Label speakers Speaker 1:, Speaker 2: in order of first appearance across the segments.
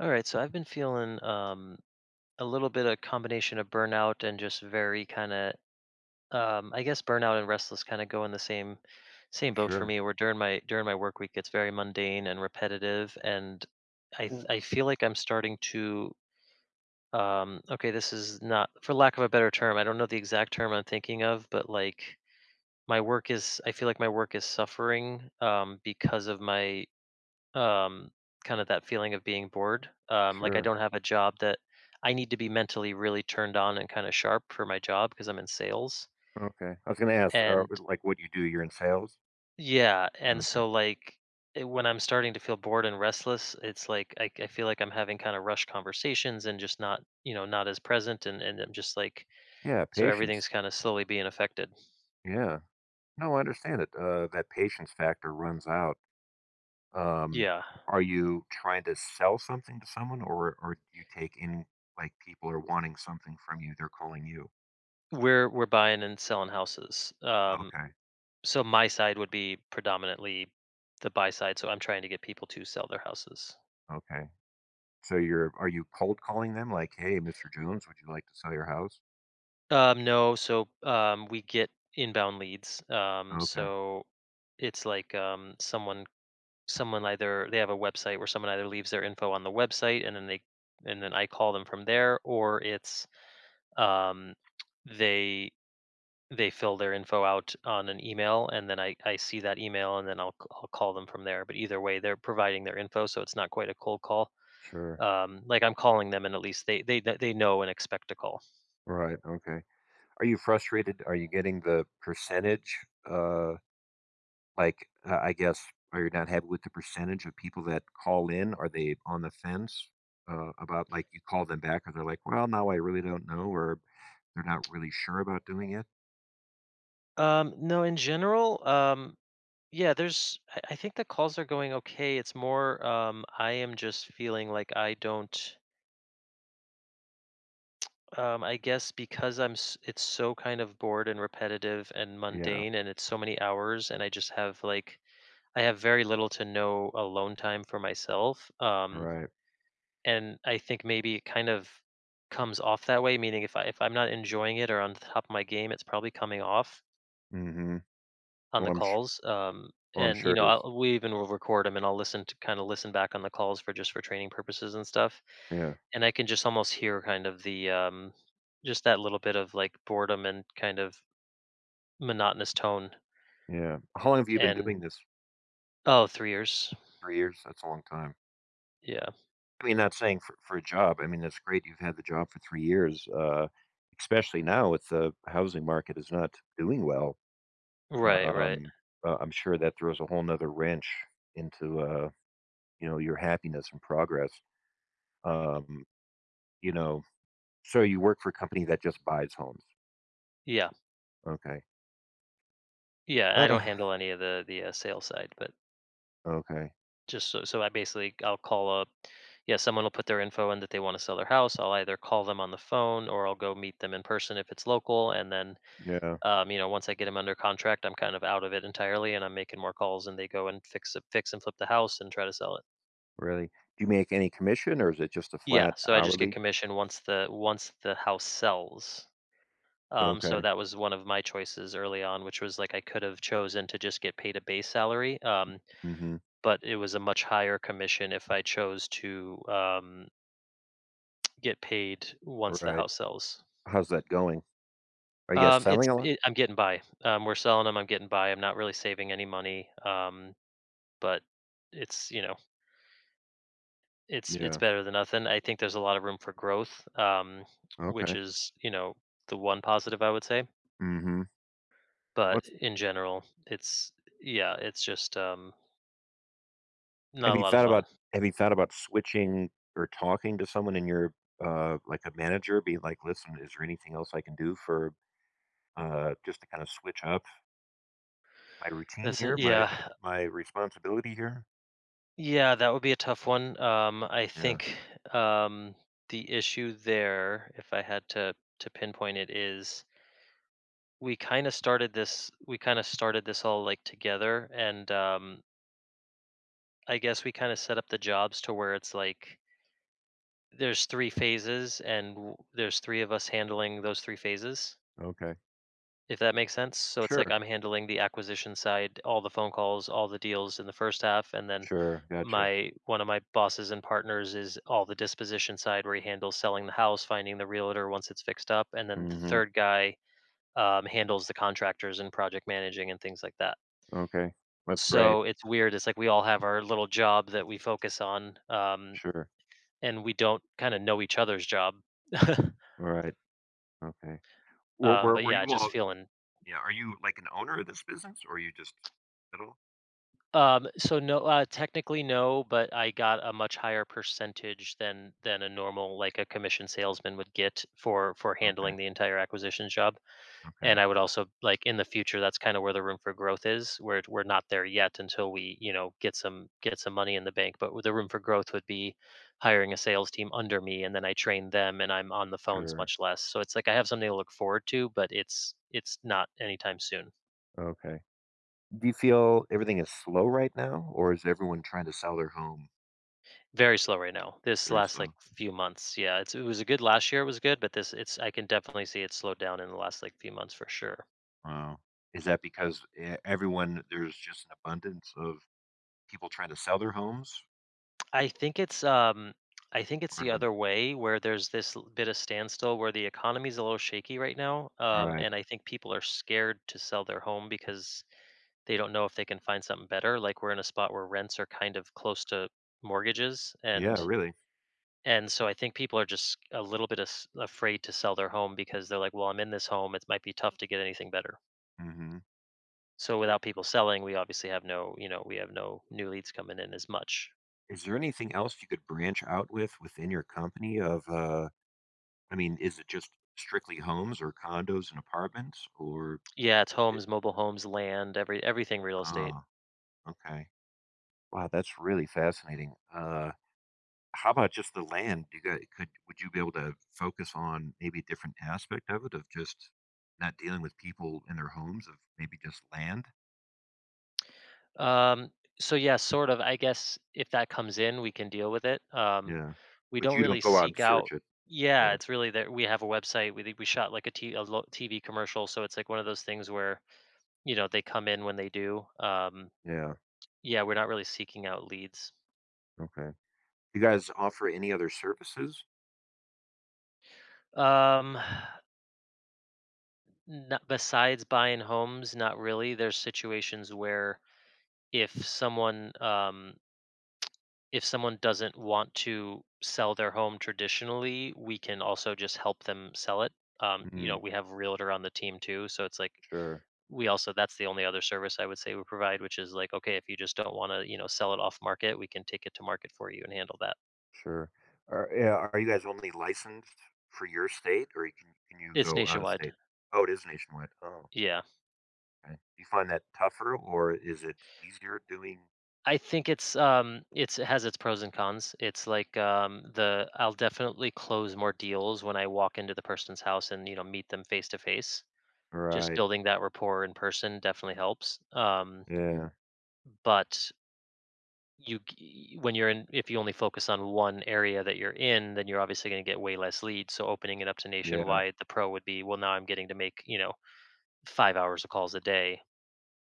Speaker 1: All right, so I've been feeling a little bit of combination of burnout and just very kind of, I guess burnout and restless kind of go in the same boat for
Speaker 2: Sure.
Speaker 1: me. Where during my work week, it's very mundane and repetitive, and
Speaker 2: W
Speaker 1: I feel like I'm starting to, okay, this is not for lack of a better term. I don't know the exact term I'm thinking of, but like my work is, I feel like my work is suffering because of my um, kind of that feeling of being bored. Like I
Speaker 2: sure.
Speaker 1: don't have a job that I need to be mentally really turned on and kind of sharp for my job because I'm in sales.
Speaker 2: Okay. I was gonna ask,
Speaker 1: And,
Speaker 2: like, what do you do, you're in sales?
Speaker 1: yeah, and
Speaker 2: Okay.
Speaker 1: so like when I'm starting to feel bored and restless, it's like I feel like I'm having kind of rushed conversations and just not, not as present, and I'm just like,
Speaker 2: Yeah,
Speaker 1: so
Speaker 2: patience.
Speaker 1: everything's kind of slowly being affected.
Speaker 2: Yeah. No, I understand it, that patience factor runs out. Um,
Speaker 1: Yeah.
Speaker 2: are you trying to sell something to someone or do you take in like, people are wanting something from you, they're calling you?
Speaker 1: We're buying and selling houses.
Speaker 2: Okay,
Speaker 1: So my side would be predominantly the buy side, so I'm trying to get people to sell their houses.
Speaker 2: okay. So you're are you cold calling them like, "Hey, Mr. Jones, would you like to sell your house?"
Speaker 1: No, so we get inbound leads.
Speaker 2: Okay.
Speaker 1: So it's like someone either they have a website where someone either leaves their info on the website, and then I call them from there, or it's um, they they fill their info out on an email, and then I see that email, and then I'll call them from there. But either way, they're providing their info, so it's not quite a cold call.
Speaker 2: Sure.
Speaker 1: Like I'm calling them, and at least they know and expect a call.
Speaker 2: Right, okay. Are you frustrated? Are you getting the percentage, uh like, I guess, are you not happy with the percentage of people that call in? Are they on the fence about like you call them back, or they're like, "Well, now I really don't know," or they're not really sure about doing it?
Speaker 1: No, in general, yeah, there's. I think the calls are going okay. It's more. I am just feeling like I don't. I guess because it's so kind of bored and repetitive and
Speaker 2: Yeah,
Speaker 1: mundane, and it's so many hours, and I just have, like, I have very little to no alone time for myself.
Speaker 2: right.
Speaker 1: And I think maybe it kind of comes off that way. Meaning, if I'm not enjoying it or on top of my game, it's probably coming off
Speaker 2: Mm-hmm.
Speaker 1: on
Speaker 2: Well,
Speaker 1: the
Speaker 2: I'm sh-
Speaker 1: calls.
Speaker 2: well, I'm
Speaker 1: And,
Speaker 2: sure it is.
Speaker 1: we even will record them, and I'll listen to kind of listen back on the calls for just for training purposes and stuff.
Speaker 2: Yeah,
Speaker 1: And I can just almost hear kind of the just that little bit of like boredom and kind of monotonous tone.
Speaker 2: yeah. How long have you been
Speaker 1: And,
Speaker 2: doing this?
Speaker 1: oh, 3 years.
Speaker 2: 3 years? That's a long time.
Speaker 1: Yeah.
Speaker 2: I mean, not saying for a job. I mean, that's great. You've had the job for 3 years, especially now with the housing market is not doing well.
Speaker 1: Right. Right.
Speaker 2: Um, I'm sure that throws a whole nother wrench into, you know, your happiness and progress. Um, you know, so you work for a company that just buys homes.
Speaker 1: Yeah.
Speaker 2: Okay.
Speaker 1: Yeah. I
Speaker 2: Uh,
Speaker 1: don't handle any of the sales side, but
Speaker 2: okay.
Speaker 1: just so I basically I'll call up. Yeah, someone will put their info in that they want to sell their house. I'll either call them on the phone, or I'll go meet them in person if it's local, and then
Speaker 2: Yeah,
Speaker 1: once I get them under contract, I'm kind of out of it entirely, and I'm making more calls, and they go and fix and flip the house and try to sell it.
Speaker 2: really. Do you make any commission or is it just a
Speaker 1: Yeah,
Speaker 2: flat
Speaker 1: so I just get
Speaker 2: hourly?
Speaker 1: commission once the house sells. So
Speaker 2: Okay.
Speaker 1: that was one of my choices early on, which was like I could have chosen to just get paid a base salary,
Speaker 2: Mm-hmm.
Speaker 1: but it was a much higher commission if I chose to get paid once the
Speaker 2: Right.
Speaker 1: house sells.
Speaker 2: How's that going? Are you guys selling a lot?
Speaker 1: I'm getting by. We're selling them. I'm getting by. I'm not really saving any money. But it's you know it's
Speaker 2: Yeah.
Speaker 1: better than nothing. I think there's a lot of room for growth, which
Speaker 2: Okay.
Speaker 1: is, the one positive I would say.
Speaker 2: Mm-hmm.
Speaker 1: But
Speaker 2: What's
Speaker 1: in general, it's yeah, it's just
Speaker 2: Have
Speaker 1: not a
Speaker 2: you
Speaker 1: lot of
Speaker 2: thought
Speaker 1: fun.
Speaker 2: about have you thought about switching or talking to someone in your, like a manager, being like, "Listen, is there anything else I can do for, just to kind of switch up my routine
Speaker 1: That's
Speaker 2: here,
Speaker 1: it.
Speaker 2: my my
Speaker 1: Yeah,
Speaker 2: my responsibility here?"
Speaker 1: yeah, that would be a tough one. I
Speaker 2: Yeah,
Speaker 1: think um, the issue there, if I had to pinpoint it, is we kind of started this all like together, and I guess we kind of set up the jobs to where it's like there's 3 phases, and w there's 3 of us handling those 3 phases,
Speaker 2: okay.
Speaker 1: if that makes sense. So it's like
Speaker 2: Sure,
Speaker 1: I'm handling the acquisition side, all the phone calls, all the deals in the first half, and then
Speaker 2: sure, gotcha.
Speaker 1: my one of my bosses and partners is all the disposition side, where he handles selling the house, finding the realtor once it's fixed up, and then the
Speaker 2: Mhm,
Speaker 1: 3rd guy, handles the contractors and project managing and things like that.
Speaker 2: okay. That's great.
Speaker 1: So it's weird, it's like we all have our little job that we focus on,
Speaker 2: Sure.
Speaker 1: and we don't kinda know each other's job.
Speaker 2: Alright, okay.
Speaker 1: But
Speaker 2: Were
Speaker 1: yeah,
Speaker 2: you
Speaker 1: just
Speaker 2: all
Speaker 1: feeling.
Speaker 2: yeah, are you like an owner of this business or are you just middle?
Speaker 1: So no, technically no, but I got a much higher percentage than a normal, like a commission salesman would get for
Speaker 2: Okay,
Speaker 1: handling the entire acquisitions job.
Speaker 2: okay.
Speaker 1: And I would also like in the future, that's kind of where the room for growth is. We're not there yet until we get some money in the bank. But the room for growth would be hiring a sales team under me, and then I train them, and I'm on the phones
Speaker 2: Sure,
Speaker 1: much less. So it's like I have something to look forward to, but it's not anytime soon.
Speaker 2: okay. Do you feel everything is slow right now, or is everyone trying to sell their home
Speaker 1: Very slow right now. This
Speaker 2: very
Speaker 1: last, like,
Speaker 2: slow?
Speaker 1: few months, yeah, it was a good last year. It was good, but this it's I can definitely see it slowed down in the last, like, few months for sure.
Speaker 2: Wow. Is that because everyone there's just an abundance of people trying to sell their homes,
Speaker 1: I think it's um I think it's
Speaker 2: or
Speaker 1: the
Speaker 2: even,
Speaker 1: other way, where there's this bit of standstill where the economy's a little shaky right now,
Speaker 2: all right.
Speaker 1: and I think people are scared to sell their home because they don't know if they can find something better. Like, we're in a spot where rents are kind of close to mortgages,
Speaker 2: Yeah,
Speaker 1: and.
Speaker 2: really.
Speaker 1: And so I think people are just a little bit afraid to sell their home, because they're like, well, I'm in this home. It might be tough to get anything better.
Speaker 2: hmm
Speaker 1: So
Speaker 2: i-
Speaker 1: without people selling, we obviously have no, you know, we have no new leads coming in as much.
Speaker 2: is there anything else you could branch out with within your company? Of, I mean, is it just strictly homes or condos and apartments, or?
Speaker 1: Yeah, it's
Speaker 2: It,
Speaker 1: homes, mobile homes, land, everything real estate.
Speaker 2: oh, okay. Wow, that's really fascinating. How about just the land? Do You guys could would you be able to focus on maybe a different aspect of it, of just not dealing with people in their homes, of maybe just land?
Speaker 1: Um, so yeah, sort of. I guess if that comes in, we can deal with it.
Speaker 2: Yeah.
Speaker 1: We
Speaker 2: But
Speaker 1: don't
Speaker 2: you don't
Speaker 1: really
Speaker 2: go out and
Speaker 1: seek out.
Speaker 2: search it.
Speaker 1: Yeah,
Speaker 2: Yeah.
Speaker 1: it's really that we have a website. We shot like a TV commercial, so it's like one of those things where they come in when they do.
Speaker 2: Yeah.
Speaker 1: Yeah, we're not really seeking out leads.
Speaker 2: Okay. You guys offer any other services?
Speaker 1: Um, Not, besides buying homes, not really. There's situations where if someone um, if someone doesn't want to sell their home traditionally, we can also just help them sell it. Um, you
Speaker 2: Mm,
Speaker 1: know, we have a realtor on the team too, so it's like
Speaker 2: sure.
Speaker 1: we also that's the only other service I would say we provide, which is like, okay, if you just don't want to, sell it off market, we can take it to market for you and handle that.
Speaker 2: Sure. Yeah, are you guys only licensed for your state or can you
Speaker 1: It's
Speaker 2: go out of
Speaker 1: nationwide.
Speaker 2: state? Oh, it is nationwide. Oh,
Speaker 1: Yeah.
Speaker 2: okay. Do you find that tougher or is it easier doing?
Speaker 1: I think it's it has its pros and cons. It's like the I'll definitely close more deals when I walk into the person's house and meet them face to face. Just
Speaker 2: Right.
Speaker 1: building that rapport in person definitely helps. Um
Speaker 2: Yeah.
Speaker 1: but when you're in, if you only focus on one area that you're in, then you're obviously going to get way less leads. So opening it up to
Speaker 2: Yeah.
Speaker 1: nationwide, the pro would be, well, now I'm getting to make, 5 hours of calls a day.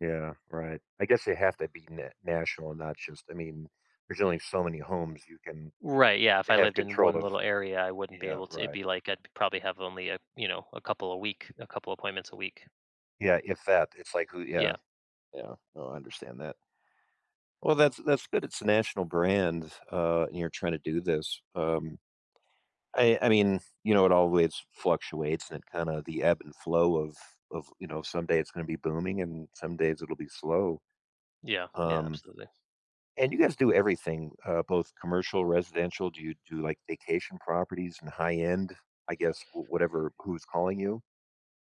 Speaker 2: Yeah, right. I guess they have to be na national and not just I mean, there's only so many homes you can
Speaker 1: Right, yeah, if I
Speaker 2: have
Speaker 1: lived in
Speaker 2: control
Speaker 1: one
Speaker 2: of.
Speaker 1: little area, I wouldn't be
Speaker 2: Yeah,
Speaker 1: able to, it'd
Speaker 2: right.
Speaker 1: be like I'd probably have only a couple appointments a week.
Speaker 2: Yeah, if that, it's like who
Speaker 1: Yeah.
Speaker 2: yeah, yeah. No, I understand that. Well, that's good. It's a national brand, and you're trying to do this. I mean, you know, it always fluctuates and it kind of the ebb and flow of you know, someday it's going to be booming and some days it'll be slow.
Speaker 1: Yeah, yeah,
Speaker 2: Um,
Speaker 1: absolutely.
Speaker 2: And you guys do everything, both commercial, residential? Do you do, like, vacation properties and high end? I guess w whatever who's calling you?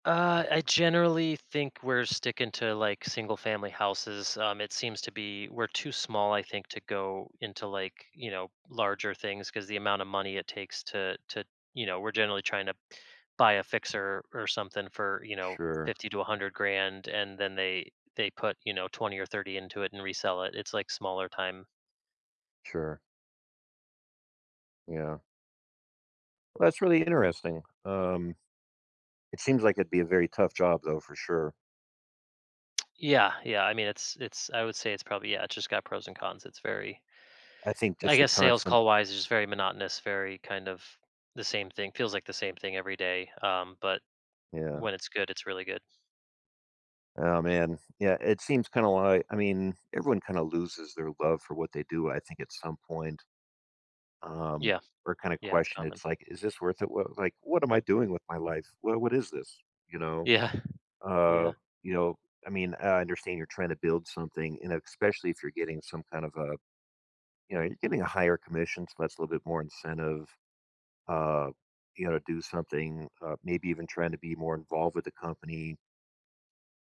Speaker 1: I generally think we're sticking to like single family houses. It seems to be we're too small, I think, to go into like larger things, because the amount of money it takes to, we're generally trying to buy a fixer or something for
Speaker 2: Sure,
Speaker 1: 50 to 100 grand, and then they put 20 or 30 into it and resell it. It's like smaller time.
Speaker 2: sure, yeah. Well, that's really interesting. It seems like it'd be a very tough job, though, for sure.
Speaker 1: Yeah, yeah. I mean, it's I would say it's probably, yeah. It's just got pros and cons. It's very
Speaker 2: I think
Speaker 1: I
Speaker 2: just the
Speaker 1: guess sales
Speaker 2: constant
Speaker 1: call wise is just very monotonous, very kind of the same thing. Feels like the same thing every day. But
Speaker 2: yeah.
Speaker 1: when it's good, it's really good.
Speaker 2: Oh, man. Yeah, it seems kinda like I mean, everyone kinda loses their love for what they do, I think, at some point, um,
Speaker 1: Yeah,
Speaker 2: or kinda
Speaker 1: yeah, it's
Speaker 2: question,
Speaker 1: common.
Speaker 2: it's like, "Is this worth it? What like, what am I doing with my life? What is this?" You know?
Speaker 1: Yeah, yeah,
Speaker 2: Uh, you know, I mean, I understand you're trying to build something, and especially if you're getting some kind of a, you know, you're getting a higher commission, so that's a little bit more incentive. Uh, you know, to do something, maybe even trying to be more involved with the company.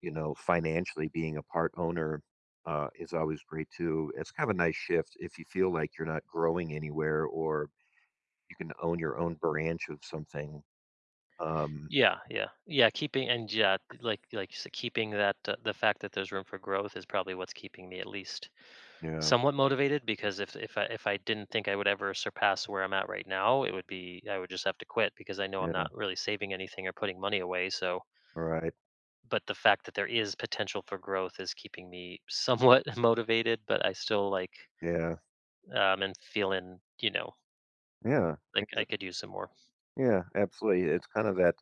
Speaker 2: You know, financially being a part owner is always great too. It's kind of a nice shift if you feel like you're not growing anywhere, or you can own your own branch of something. Um,
Speaker 1: yeah, yeah, yeah. Keeping and yeah, like you said, keeping that the fact that there's room for growth is probably what's keeping me at least
Speaker 2: yeah,
Speaker 1: somewhat motivated. Because if I didn't think I would ever surpass where I'm at right now, it would be, I would just have to quit, because I know I'm not
Speaker 2: yeah,
Speaker 1: really saving anything or putting money away. So.
Speaker 2: all right,
Speaker 1: But the fact that there is potential for growth is keeping me somewhat motivated, but I still, like,
Speaker 2: yeah,
Speaker 1: am feeling,
Speaker 2: yeah.
Speaker 1: like I could use some more.
Speaker 2: Yeah, absolutely. It's kind of that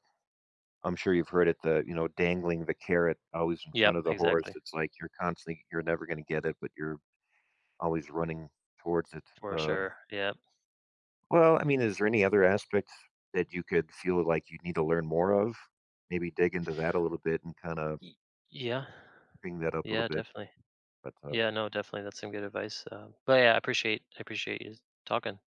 Speaker 2: I'm sure you've heard it, the, you know, dangling the carrot always in
Speaker 1: Yep,
Speaker 2: front of the horse.
Speaker 1: exactly.
Speaker 2: It's like you're never gonna get it, but you're always running towards it.
Speaker 1: For
Speaker 2: Uh,
Speaker 1: sure. Yeah.
Speaker 2: well, I mean, is there any other aspects that you could feel like you need to learn more of? Maybe dig into that a little bit and kinda
Speaker 1: Y yeah.
Speaker 2: bring that up a little
Speaker 1: Yeah,
Speaker 2: bit,
Speaker 1: definitely.
Speaker 2: but,
Speaker 1: Yeah, no, definitely, that's some good advice, but yeah, I appreciate you talking.